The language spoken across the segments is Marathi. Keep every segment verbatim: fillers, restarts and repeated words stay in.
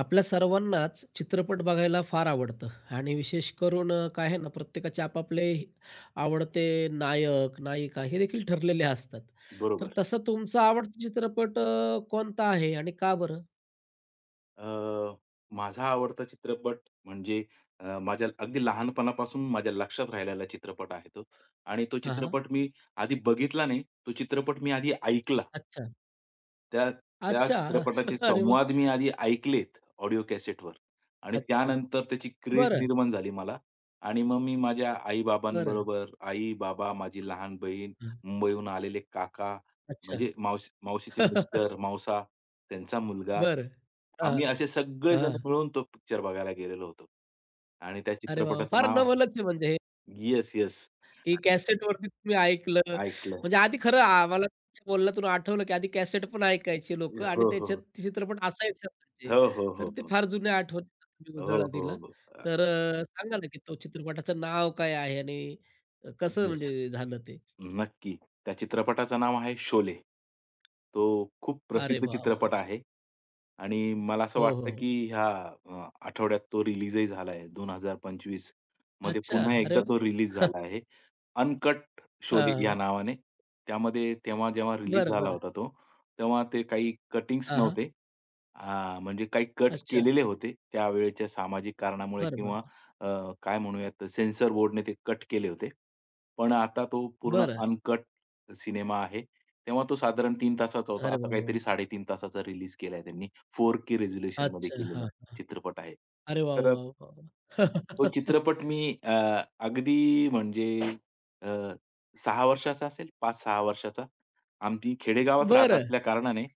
आपल्या सर्वांनाच चित्रपट बघायला फार आवडतं आणि विशेष करून अ, काय आहे ना, प्रत्येकाचे आपापले हि- आवडते नायक, नायिका हे देखील ठरलेले असतात. तर बरोबर. तसा तुमचा आवडता चित्रपट अ, कोणता आहे आणि का बरं? अ, माझा आवडता चित्रपट म्हणजे अ, माझ्या अगदी लहानपणापासून माझ्या लक्षात राहिलेला चित्रपट आहे तो आणि तो हां, हां. चित्रपट मी आधी बघितला नाही, तो चित्रपट मी आधी ऐकला. अच्छा. त्या त्या अच्छा. चित्रपटाचे अरे वाह! संवाद मी आधी ऐकलेत ऑडिओ कॅसेटवर आणि अच्छा. त्यानंतर त्याची क्रेझ बरं, निर्माण झाली मला आणि मग मी माझ्या बरं. आई-बाबांबरोबर आई, बाबा, माझी लहान बहीण, हां. मुंबईहून आलेले काका अच्छा. म्हणजे मावशी मावशीचे मिस्टर, मावसा, त्यांचा मुलगा. बरं. आम्ही हां, असे सगळेजण हां. मिळून तो पिक्चर बघायला गेलेलो होतो. आणि त्या अरे वाह! चित्रपटाचं फार नाव आहे नवलच आहे म्हणजे, येस, येस. की कॅसेटवरती तुम्ही ऐकलं. ऐकलंय. म्हणजे आधी खरं आम्हाला तुमच्या बोलण्यातून आठवलं, की आधी कॅसेट पण ऐकायचे लोकं आणि हो, त्याच्यात हो. चित्रपट असायचा म्हणजे. हो, हो, तर हो, ते हो. फार जुन्या आठवणींना तुम्ही हो, उजाळा हो, दिला. हो. अ, तर अ, सांगा ना, की तो चित्रपटाचं नाव काय आहे आणि कसं येस. म्हणजे झालं ते? नक्की. त्या चित्रपटाचं नाव आहे शोले. तो खूप अरे प्रसिद्ध वाह! वाह! चित्रपट आहे आणि मला असं हो, हो, वाटतं, हो. की ह्या अ, आठवड्यात तो रिलीजही झाला आहे. वीस पंचवीस मध्ये अच्छा. पुन्हा अरे एकदा वाह! तो रिलीज झाला आहे. अनकट शोले या हां. नावाने. त्यामध्ये तेव्हा जेव्हा रिलीज बरं, झाला बरं. होता तो, तेव्हा ते काही कटिंग्स हां, हां. नव्हते. अ, म्हणजे काही कट्स अच्छा. केलेले होते. त्यावेळेच्या सामाजिक कारणामुळे बरं, बरं, किंवा बरं. अ, काय म्हणूयात सेन्सर बोर्डने ते कट केले होते. पण आता तो पूर्ण बरं. अनकट सिनेमा आहे. तेव्हा तो साधारण तीन तासाचा होता. अरे आता वाह! वाह! काहीतरी साडे तीन तासाचा रिलीज केलाय त्यांनी. फोर के रिझोल्यूशनमध्ये अच्छा. केलेला हां, हां. चित्रपट आहे. अरे वाह! तर अ, वाह! वाह! तो वाह! चित्रपट मी अ, अगदी म्हणजे अ, सहा वर्षाचा असेल, पाच सहा वर्षाचा. आमची खेडेगावात राहत बरं. असल्या कारणाने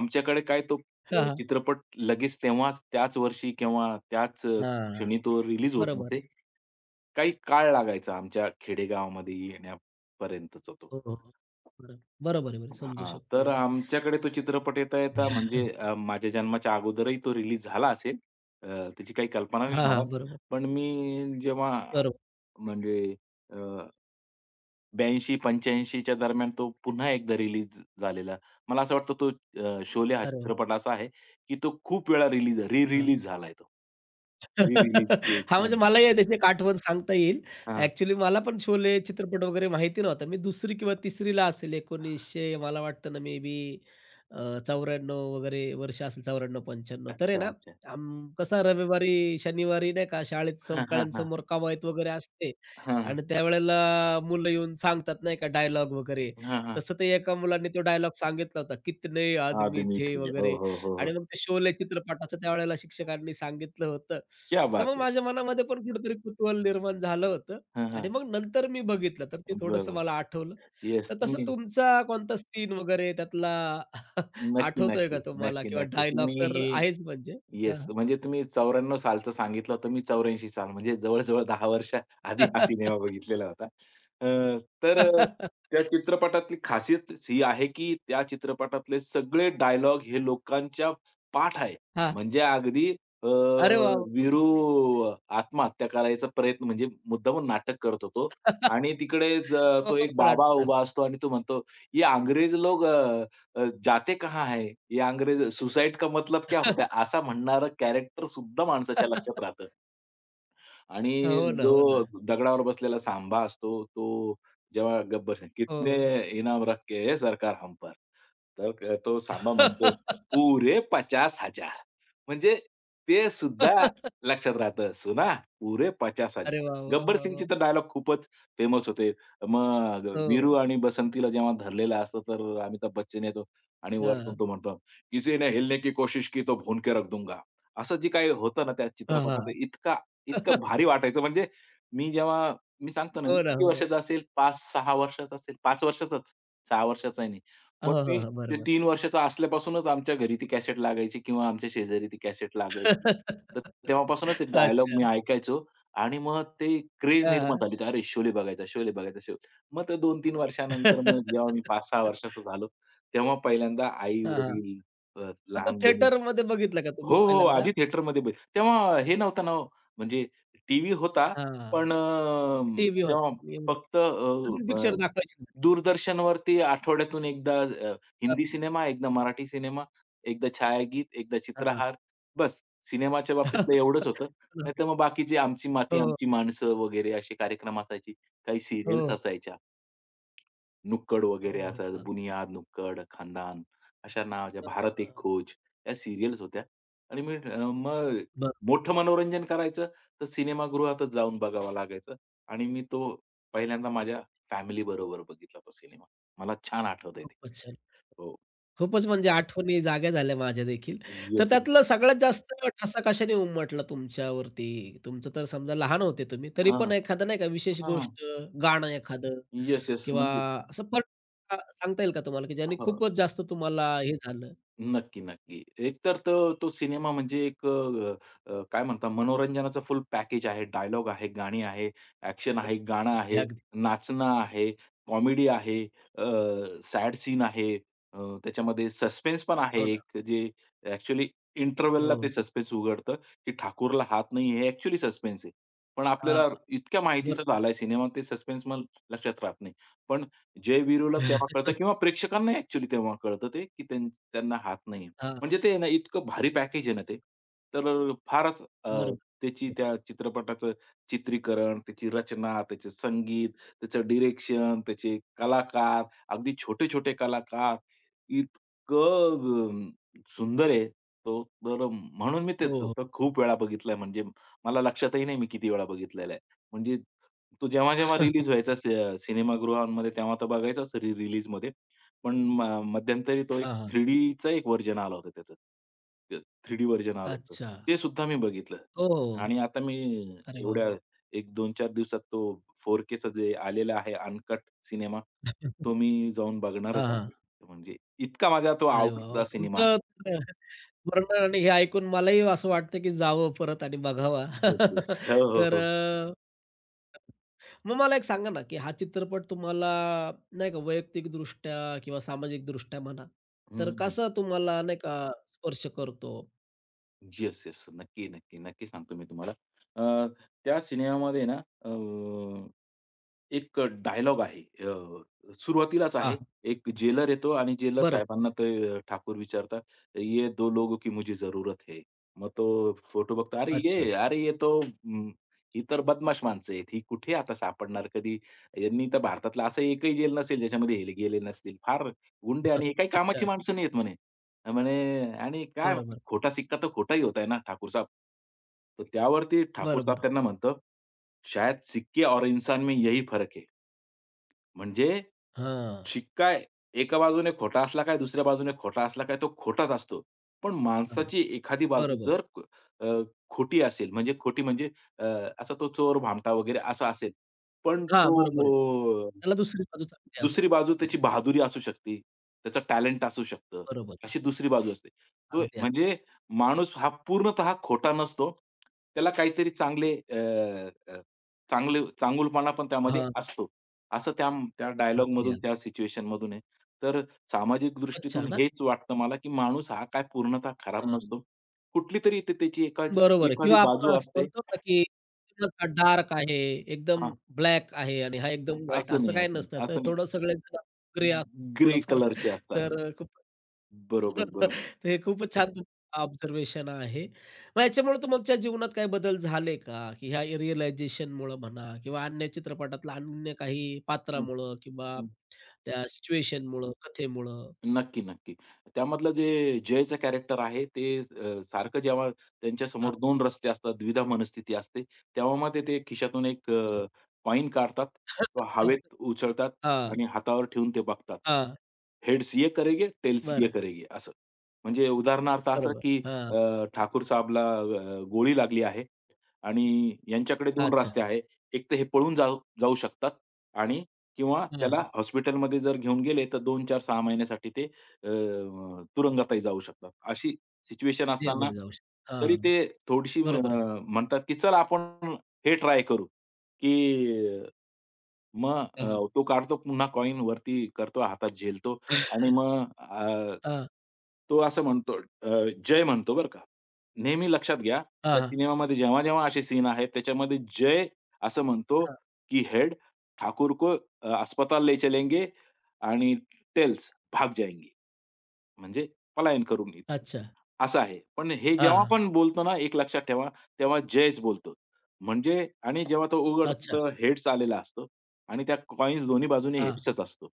आमच्याकडे काय तो अ, हां, हां. चित्रपट लगेच तेव्हाच त्याच वर्षी किंवा त्याच अ, हां, हां. क्षणी तो रिलीज होत बरोबर नसे. आहे. काही काळ लागायचा आमच्या खेडेगावामध्ये येण्यापर्यंतचा तो. हो, हो. बरोबर. बरोबर आहे, बरोबर समजू हां, तर शकतो मी. आमच्याकडे तो चित्रपट येता-येता म्हणजे अ, माझ्या जन्माच्या अगोदरही तो रिलीज झाला असेल. अ, त्याची काही कल्पना नाही हां, मला. हां. बरोबर. पण मी जेव्हा बरोबर. म्हणजे अ, ब्याऐंशी पंच्याऐंशी च्या दरम्यान तो पुन्हा एकदा रिलीज झालेला. मला असं वाटतं तो अ, शोले हा अरे वाह! चित्रपट असा आहे, की तो खूप वेळा रिलीज हां. री-रिलीज झालाय तो. री-रिलीज हां, हां, म्हणजे मलाही आहे त्याची एक आठवण सांगता येईल. हां. ॲक्चुअली मला पण शोले चित्रपट वगैरे माहिती नव्हता. मी दुसरी किंवा तिसरीला असेल, एकोणीसशे मला वाटतं ना, मे बी अ, वगैरे वर्ष असेल चौऱ्याण्णव पंचाण्णव. तर आहे अच्छा, ना, अच्छा. आम कसा रविवारी, शनिवारी नाही का शाळेत हां, हां, हां. सवकाळ्यांसमोर कवायत वगैरे असते हां, आणि त्यावेळेला मुलं येऊन सांगतात नाही का डायलॉग वगैरे. हां, हां. तसं ते एका मुलाने तो डायलॉग सांगितला होता, "कितने आदमी आदमी थे" थी. हो, वगैरे, हो, हो, हो. आणि मग ते शोले चित्रपटाचं त्यावेळेला शिक्षकांनी सांगितलं होतं. क्या तर बात मग है! माझ्या मनामध्ये पण कुठेतरी कुतूहल निर्माण झालं होतं हां, आणि हां. मग नंतर मी बघितलं तर ते थोडंसं बरोबर. मला आठवलं. येस, तर तसं तुम्ही तुमचा कोणता सीन वगैरे त्यातला नक्की, आठवतोय का नक्की, तुम्हाला? नक्की, किंवा नक्की. डायलॉग तुम्ही तर हे आहेच म्हणजे. येस. हां. म्हणजे तुम्ही चौऱ्याण्णव सालचं सांगितलं होतं. मी चौऱ्याऐंशी साल म्हणजे जवळ-जवळ दहा वर्ष आधी हा हां. सिनेमा बघितलेला होता. अ, तर अ, त्या चित्रपटातली खासियतच ही आहे, की त्या चित्रपटातले सगळे डायलॉग हे लोकांच्या पाठ आहे. म्हणजे अगदी अ, अरे वाह! वाह! वाह! वीरू आत्महत्या करायचा प्रयत्न म्हणजे मुद्दामून नाटक करत होतो आणि तिकडे ज हो, तो हो, एक हो. बाबा नाटककार. उभा असतो आणि तो म्हणतो, "ये अंग्रेज लोग अ" अ, "जाते कहाँ है ये अंग्रेज सुसाइड का मतलब क्या होता है?" असा म्हणणारं कॅरेक्टर सुद्धा माणसाच्या लक्षात राहतं. आणि हो ना, जो हो ना. दगडावर बसलेला सांबा असतो, तो जेव्हा गब्बर सिंग, हो. "कितने इनाम रखे है सरकार हम पर." तर तो सांबा म्हणतो, "पुरे पचास हजार, म्हणजे ते सुद्धा लक्षात राहतं. "सुना, पुरे पचास अरे हजार, वाह! वाह! गब्बर वाह! सिंगचे वाह! तर डायलॉग खूपच फेमस होते. मग वीरू हो. आणि बसंतीला जेव्हा धरलेलं असतं, तर अमिताभ बच्चन येतो आणि वरतून हां. तो म्हणतो, "किसीने हिलने की कोशिश की तो भून के रख दूंगा." असं जे काही होतं ना त्या हां, चित्रपटात, हां. इतका इतकं भारी वाटायचं म्हणजे मी जेव्हा मी सांगतो ना, मी हो ना, किती हो ना. वर्षाचा असेल पाच सहा वर्षाचा असेल, पाच वर्षाचाच, सहा वर्षाचाही नाही. पण हो, हो, मी हो. ते बरोबर. तीन वर्षाचा असल्यापासूनच आमच्या घरी ती कॅसेट लागायची किंवा आमच्या शेजारी ती कॅसेट लागायची. तर तेव्हापासूनच ते डायलॉग अच्छा. मी ऐकायचो आणि मग ते क्रेज हां, निर्माण हां. झाली होती. अरे, शोले बघायचा, शोले बघायचा शो. मग ते दोन तीन वर्षानंतर मग जेव्हा मी पाच सहा वर्षाचा झालो, तेव्हा पहिल्यांदा हां, हां. आई-वडील, अ, मग तो लहान बहीण थिएटरमध्ये बघितला का हो, तुम्ही हो. हो, पहिल्यांदा? आधी थिएटरमध्ये बघ तेव्हा हे नव्हतं ना हो, म्हणजे टीव्ही होता हां. पण अ, टीव्ही तेव्हा होता. एवढं फक्त नवीन अ, पिक्चर अ, दाखवायचे म्हटलं. दूरदर्शनवरती आठवड्यातून एकदा अ, हिंदी सिनेमा, एकदा मराठी सिनेमा, एकदा छायागीत, एकदा हां, चित्रहार. बस सिनेमाच्या बाबतीतलं एवढंच होतं. नाहीतर मग बाकीचे आमची माती, हो, आमची माणसं वगैरे असे कार्यक्रम असायचे. काही हो, सीरियल्स असायच्या. नुक्कड वगैरे हो, हो. असायचं. अगदी. बुनियाद, नुक्कड, खानदान अशा नावाच्या हां, हां. भारत एक हां. खोज या सीरियल्स होत्या आणि मी अ, मग बरं. मोठं मनोरंजन करायचं तर सिनेमागृहातच जाऊन बघावा लागायचं आणि मी तो पहिल्यांदा माझ्या फॅमिली बरोबर बघितला तो सिनेमा. मला छान आठवतंय ते. खूपच छान. हो. खूपच म्हणजे आठवणी जाग्या झाल्या माझ्या देखील. तर येस, येस. त्यातलं सगळ्यात जास्त ठसा कशाने उमटला तुमच्यावरती? तुमचं तर समजा लहान होते तुम्ही, तरी हां, पण एखादा नाही का विशेष हां. गोष्ट, गाणं एखादं येस, येस. किंवा म्हणजे असं पर अ, सांगता येईल का तुम्हाला, की ज्याने खूपच जास्त तुम्हाला हे झालं? नक्की, नक्की. एकतर तो तो सिनेमा म्हणजे एक अ, अ, काय म्हणतात मनोरंजनाचं फुल पॅकेज आहे. डायलॉग आहे, गाणी आहे, ॲक्शन हो, आहे, गाणं अगदी, आहे, अगदी. नाचणं आहे, कॉमेडी आहे, सॅड सीन आहे, अ, त्याच्यामध्ये सस्पेन्स पण आहे हो ना. एक जे ॲक्चुअली इंटरव्हलला ते हो. सस्पेन्स उघडतं, की ठाकूरला हात नाही हे ॲक्चुअली सस्पेन्स आहे. पण हां, आपल्याला इतक्या माहितीचा बरं. झालाय सिनेमा ते सस्पेन्स मग लक्षात राहत नाही. पण जयवीरूला तेव्हा कळतं किंवा प्रेक्षकांनाही ॲक्चुअली तेव्हा कळतं ते, की त्यां त्यांना हात नाहीये. हां, म्हणजे ते ना इतकं भारी पॅकेज आहे ना ते. तर अ, फारच अ, बरोबर. त्याची त्या चित्रपटाचं चित्रीकरण, त्याची रचना, त्याचे संगीत, त्याचं डिरेक्शन, त्याचे कलाकार, अगदी छोटे-छोटे कलाकार, इतकं अ, सुंदर आहे तो. तर म्हणून मी ते हो, तो हो. तो खूप वेळा बघितलाय म्हणजे मला लक्षातही नाही मी किती वेळा बघितलेला आहे. म्हणजे तो जेव्हा-जेव्हा रिलीज व्हायचा स सिनेमागृहांमध्ये तेव्हा तर बघायचाच री रिलीजमध्ये. पण म मध्यंतरी तो एक हां, हां. 3Dचं एक व्हर्जन आलं होतं त्याचं. ते थ्री डी व्हर्जन आलं होतं. अच्छा. ते सुद्धा मी बघितलं. हो. हो. आणि आता मी अरे वाह, एवढ्या वाह! एक दोन चार दिवसात तो 4Kचं जे आलेलं आहे अनकट सिनेमा, तो मी जाऊन हां, बघणारच हां. आहे. म्हणजे इतका माझा तो अरे वाह! वाह! आवडीचा सिनेमा आहे. तुमचं तर वर्णन आणि हे ऐकून मलाही असं वाटतं, की जावं परत आणि बघावा. Yes, yes. हो, हो, तर हो. अ, मग मला एक सांगा ना, की हा चित्रपट तुम्हाला नाही का वैयक्तिकदृष्ट्या किंवा सामाजिकदृष्ट्या म्हणा, तर हं. कसा तुम्हाला नाही का स्पर्श करतो? Yes, yes. नक्की, नक्की, नक्की सांगतो मी तुम्हाला. अ, त्या सिनेमामध्ये ना अ, एक डायलॉग आहे. अ, सुरुवातीलाच हां, आहे. एक जेलर येतो आणि जेलर बरोबर. साहेबांना ते अ, ठाकूर विचारतात, "ये दो लोगों की मुझे ज़रूरत है." मग तो फोटो बघतो, "अरे अच्छा. ये, अरे ये तो अं, ही तर बदमाश माणसं आहेत. ही कुठे आता सापडणार कधी? यांनी तर भारतातला असं एकही जेल नसेल ज्याच्यामध्ये हे गेले नसतील. फार गुंडे आणि हे काही अच्छा, कामाची अच्छा. माणसं नाहीयेत" म्हणे. म्हणे आणि काय माहिती बरोबर, खोटा सिक्का तर खोटाही होता है ना ठाकूर साहब. तर त्यावरती ठाकूर साहब बरोबर. त्यांना म्हणतो, "शायद सिक्के और इंसान में यही फर्क है." म्हणजे हां, शिक्का एका बाजूने खोटा असला काय, दुसऱ्या बाजूने खोटा असला काय, तो खोटाच असतो. पण हां. माणसाची एखादी बाजू बरोबर. जर क- अ, खोटी असेल, म्हणजे खोटी म्हणजे अ, असा तो चोर, भामटा वगैरे असा असेल. पण हां, बरोबर आहे. तो त्याला दुसरी बाजू चांगली असू दुसरी बाजू शकते. त्याची बहादुरी असू शकते, त्याचं टॅलेंट असू शकतं. बरोबर. अशी दुसरी बाजू असते. तो अगदी, अगदी. म्हणजे माणूस हा पूर्णतः खोटा नसतो. त्याला काहीतरी चांगले अ, अ, चांगले चांगुलपणा पण त्यामध्ये हां, असतो. असं त्या त्या अगदी, डायलॉगमधून, अगदी. त्या सिच्युएशनमधून आहे. तर सामाजिक दृष्टीतून खूपच. हेच वाटतं मला, की माणूस हा काय पूर्णतः खराब हां, नसतो. कुठलीतरी ते त्याची एका बरोबर आहे, एखादी किंवा बाजू आपण असं असते. म्हणतो ना, की डार्क आहे, एकदम हां, ब्लॅक आहे आणि हा एकदम व्हाईट, असं असं नाही, काही असं नसतं. नाही, तर असं नाही. थोडं सगळेजण ग्रे असतात ग्रे थोडंफार. कलरचे असतात. तर अ, खूप बरोबर, तर बरोबर. हे खूपच छान ऑब्झर्वेशन आहे. मग याच्यामुळे तुमच्या जीवनात काही बदल झाले का? की ह्या रिअलायझेशनमुळं म्हणा किंवा अन्य चित्रपटातल्या अन्य काही हं. पात्रामुळं किंवा त्या सिच्युएशनमुळं, कथेमुळं? नक्की, नक्की. त्यामधलं जे जयचं कॅरेक्टर आहे ते अ, सारखं जेव्हा हां, त्यांच्यासमोर दोन रस्ते असतात, द्विधा मनस्थिती असते, तेव्हा मग ते ते खिशातून एक अच्छा. अ, कॉइन काढतात, तो हवेत उचलतात हां, आणि हातावर ठेवून ते बघतात. हां, "हेड्स ये करेगे टेल्स ये बरं. करेगे असं. म्हणजे उदाहरणार्थ असं, बरोबर. की हां, अ, ठाकूर साहेबला अ, गोळी लागली आहे आणि यांच्याकडे दोन अच्छा. रस्ते आहे. एक तर हे पळून जाऊ जाऊ शकतात आणि किंवा हां. त्याला हॉस्पिटलमध्ये जर घेऊन गेले, तर दोन, चार, सहा महिन्यासाठी ते अ, तुरुंगातही जाऊ शकतात. अशी सिच्युएशन असताना जेलमध्ये जाऊ शकतो. तरी हां. ते थोडीशी अ, बरोबर आहे. म्हणतात, की चला आपण हे ट्राय करू, की मग अ, हां, हां. तो काढतो पुन्हा कॉइन वरती करतो, हातात झेलतो आणि मग अ, हां, तो असं म्हणतो अ, जय म्हणतो बरं का. नेहमी लक्षात घ्या, हां, त्या हां. सिनेमामध्ये जेव्हा-जेव्हा असे सीन आहेत, त्याच्यामध्ये जय असं म्हणतो, की हेड ठाकूर को अ, अस्पताल ले चलेंगे आणि टेल्स भाग जाएंगी. म्हणजे पलायन करून येतील. अच्छा. असं आहे. पण हे हां, जेव्हा हां. आपण बोलतो ना, एक लक्षात ठेवा, तेव्हा जयच बोलतो. म्हणजे आणि जेव्हा तो उघडतो अच्छा. तर हेड्स आलेला असतो आणि त्या कॉइन्स दोन्ही बाजूने हां. हेड्सच असतो.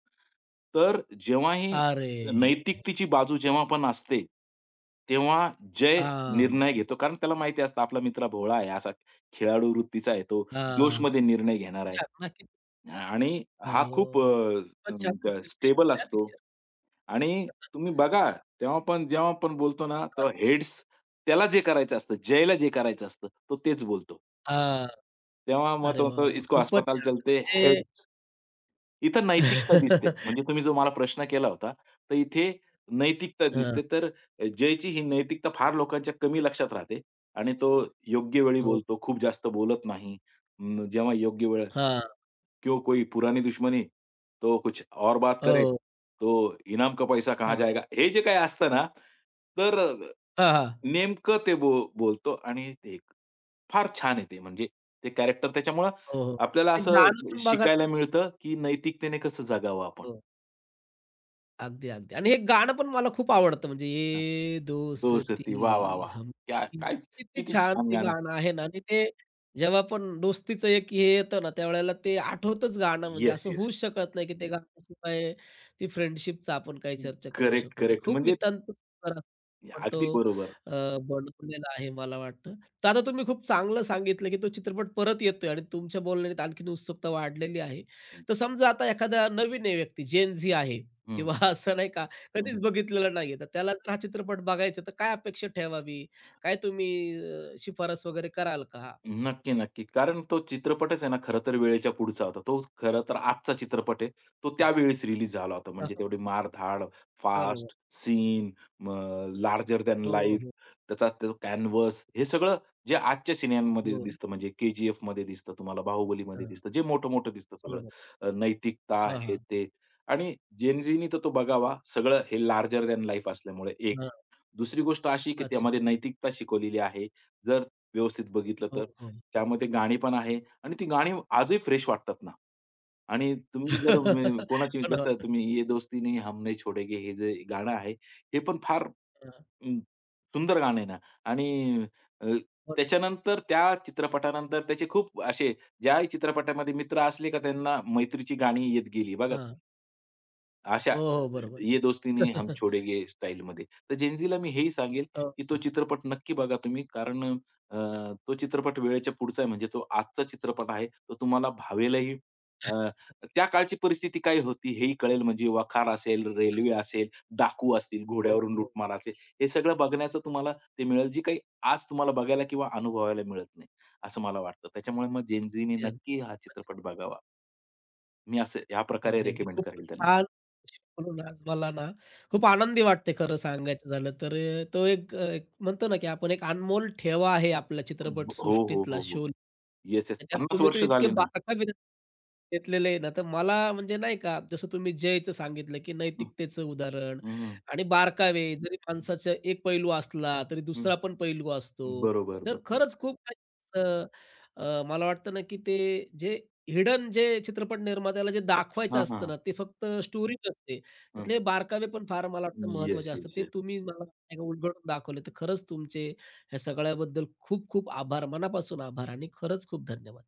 तर जेव्हाही अरे! नैतिकतेची बाजू जेव्हा पण असते, तेव्हा जय हां, निर्णय घेतो. कारण त्याला माहिती असतं आपला मित्र भोळा आहे, असा खेळाडू वृत्तीचा आहे तो, हां. जोशमध्ये निर्णय किती घेणार आहे. छान ना, किती आणि हा खूप हो. खूपच छान तुमचे लक्ष स्टेबल त्या असतो पिक्चर. आणि तुम्ही बघा तेव्हा पण जेव्हा पण बोलतो ना, तेव्हा हेड्स त्याला जे करायचं असतं, जयला जे करायचं असतं, तो तेच बोलतो. हां. तेव्हा मग अरे तो वाह, म्हणतो, वाह! "इसको खूपच अस्पताल छान. चलते म्हणजे हेड्स." इथं नैतिकता दिसते. म्हणजे तुम्ही जो मला प्रश्न केला होता, तर इथे नैतिकता हां, दिसते. तर जयची ही नैतिकता फार लोकांच्या कमी लक्षात राहते आणि तो योग्य वेळी हो. बोलतो, खूप जास्त बोलत नाही. अं, जेव्हा योग्य वेळ हां, "क्यों कोई पुरानी दुश्मनी, तो कुछ और बात करे, हो. तो इनाम का पैसा कहाँ अच्छा. जाएगा." हे जे काही असतं ना, तर हां, हां. नेमकं ते बो बोलतो आणि ते फार छान आहे ते म्हणजे ते कॅरेक्टर त्याच्यामुळं हो, हो. आपल्याला आणि असं गाणं पण बघा ना. शिकायला मिळतं, की नैतिकतेने कसं जगावं आपण. हो. अगदी, अगदी. आणि हे गाणं पण मला खूप आवडतं म्हणजे हां. ये दोस्ती वाह, वाह, दोस्ती वाह! क्या हमकी, काय किती किती छान छान ते गाणं आहे. गाणं आहे ना. आणि ते जेव्हा पण दोस्तीचं एक हे येतं ना, त्यावेळेला ते आठवतंच गाणं, म्हणजे येस, असं होऊच येस. शकत नाही, की ते गाण्याशिवाय ती फ्रेंडशिपचा आपण काही चर्चा करू करेक्ट, शकतो. तर करेक्ट. खूप म्हणजे नितांत सुंदर पण अगदी तो बरोबर. अ, बनवलेला आहे मला वाटतं. तर आता तुम्ही खूप चांगलं सांगितलं, की तो चित्रपट परत येतोय आणि तुमच्या बोलण्यात आणखीन उत्सुकता वाढलेली आहे. तर समजा आता एखादा नवीन आहे व्यक्ती, जेन झी आहे. हं, किंवा असं नाही का हं. कधीच बघितलेलं नाहीये. तर त्याला जर हा चित्रपट बघायचा तर काय अपेक्षा ठेवावी? काय तुम्ही अ, शिफारस वगैरे कराल का? हां. नक्की, नक्की. कारण तो चित्रपटच आहे ना, खरं तर वेळेच्या पुढचा होता. तो खरं तर आजचा चित्रपट आहे. तो त्यावेळीच रिलीज झाला होता. म्हणजे तेवढी मार-धाड, बरोबर. फास्ट, सीन, लार्जर दॅन हो, हो, लाईफ, हो. त्याचा तो कॅनव्हास हे सगळं जे आजच्या सिनेमांमध्ये दिसतं म्हणजे के-जी-एफमध्ये दिसतं तुम्हाला, बाहुबलीमध्ये हां, दिसतं, जे मोठं-मोठं दिसतं सगळं. बरोबर. अ, नैतिकता, हां, हे हां. ते आणि जेन तर तो बघावा. सगळं हे लार्जर दॅन लाईफ असल्यामुळे हां. दुसरी गोष्ट अशी की अच्छा. त्यामध्ये नैतिकता शिकवलेली आहे. जर व्यवस्थित बघितलं हो, तर. हो. त्यामध्ये गाणी पण आहे आणि ती गाणी आजही फ्रेश वाटतात ना. आणि तुम्ही जर अ, कोणाची हो ना. जसं तुम्ही "ये दोस्ती नहीं हम नहीं छोडेगे हे जे गाणं आहे, हे पण फार हां. अं, सुंदर गाणं आहे ना आणि अ, हो. त्याच्यानंतर त्या चित्रपटानंतर त्याचे खूप असे ज्याही चित्रपटामध्ये मित्र असले का त्यांना मैत्रीची गाणी येत गेली बघा. हां. अशा हो, हो. बरोबर ये आहे. दोस्ती हम छोडेंगे स्टाईलमध्ये. तर जेन-झीला मी हेही सांगेल, हो, की तो हो. चित्रपट नक्की बघा तुम्ही कारण अ, तो चित्रपट वेळेच्या पुढचा आहे म्हणजे तो आजचा चित्रपट आहे. तो तुम्हाला भावेलही. अ, त्या काळची परिस्थिती काय होती हेही कळेल म्हणजे वखार असेल, रेल्वे असेल, डाकू असतील, हो, घोड्यावरून हो. लुटमार असेल. हे सगळं बघण्याचं तुम्हाला ते मिळेल जी काही आज तुम्हाला बघायला किंवा अनुभवायला मिळत नाही, असं मला वाटतं. त्याच्यामुळे मग जेन ते अगदी नक्की हा चित्रपट बघावा. मी असं ह्या प्रकारे अगदी, अगदी. रेकमेंड खूप करेल त्यांना. छान शिकवून आज मला ना, खूप आनंदी वाटते खरं सांगायचं झालं तर. अ, तो एक अ, एक म्हणतो ना, की आपण एक अनमोल ठेवा आहे आपल्या ब हो, हो, चित्रपटसृष्टीतला हो, हो. शोले. Yes, yes. त्याच्यात पन्नास तुम्ही तो वर्ष इतके झाली ना. बारकाईने घेतलेले आहे ना, तर मला म्हणजे नाही का, जसं तुम्ही जयचं सांगितलं, की हं, नैतिकतेचं उदाहरण हं, आणि बारकावे, जरी माणसाचा एक पैलू असला, तरी हं. दुसरा पण पैलू असतो. बरोबर, तर बरोबर. खरंच खूप काही असं अ, मला वाटतं ना, की ते जे हिडन जे चित्रपट निर्मात्याला जे दाखवायचं हां, असतं हां, ना, ते फक्त स्टोरी नसते. त्यातले बारकावे पण फार मला वाटतं येस, महत्त्वाचे असतात. येस, ते येस. तुम्ही मला नाही का उलगडून दाखवले. तर खरंच तुमचे ह्या सगळ्याबद्दल खूप खूप आभार, मनापासून आभार आणि खरंच खूप धन्यवाद.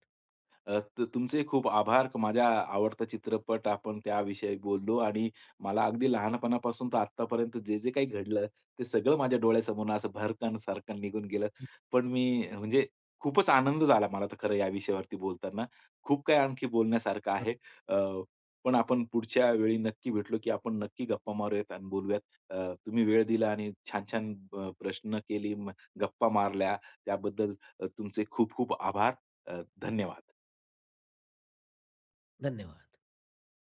अ, तर तुमचे खूप आभार. माझा आवडता चित्रपट आपण त्याविषयी बोललो आणि मला अगदी लहानपणापासून तर आत्तापर्यंत जे, जे काही घडलं ते सगळं माझ्या डोळ्यासमोरून असं भरकन-सारकन निघून गेलं. पण मी म्हणजे खूपच आनंद झाला मला तर खरं या विषयावरती बोलताना. खूप काही आणखी बोलण्यासारखं आहे. अ, पण आपण पुढच्या वेळी नक्की भेटलो, की आपण नक्की गप्पा मारूयात आणि बोलूयात. अ, तुम्ही वेळ दिला आणि छान-छान अ, प्रश्न केली, म- गप्पा मारल्या. त्याबद्दल अ, तुमचे खूप-खूप आभार. अ, धन्यवाद. धन्यवाद.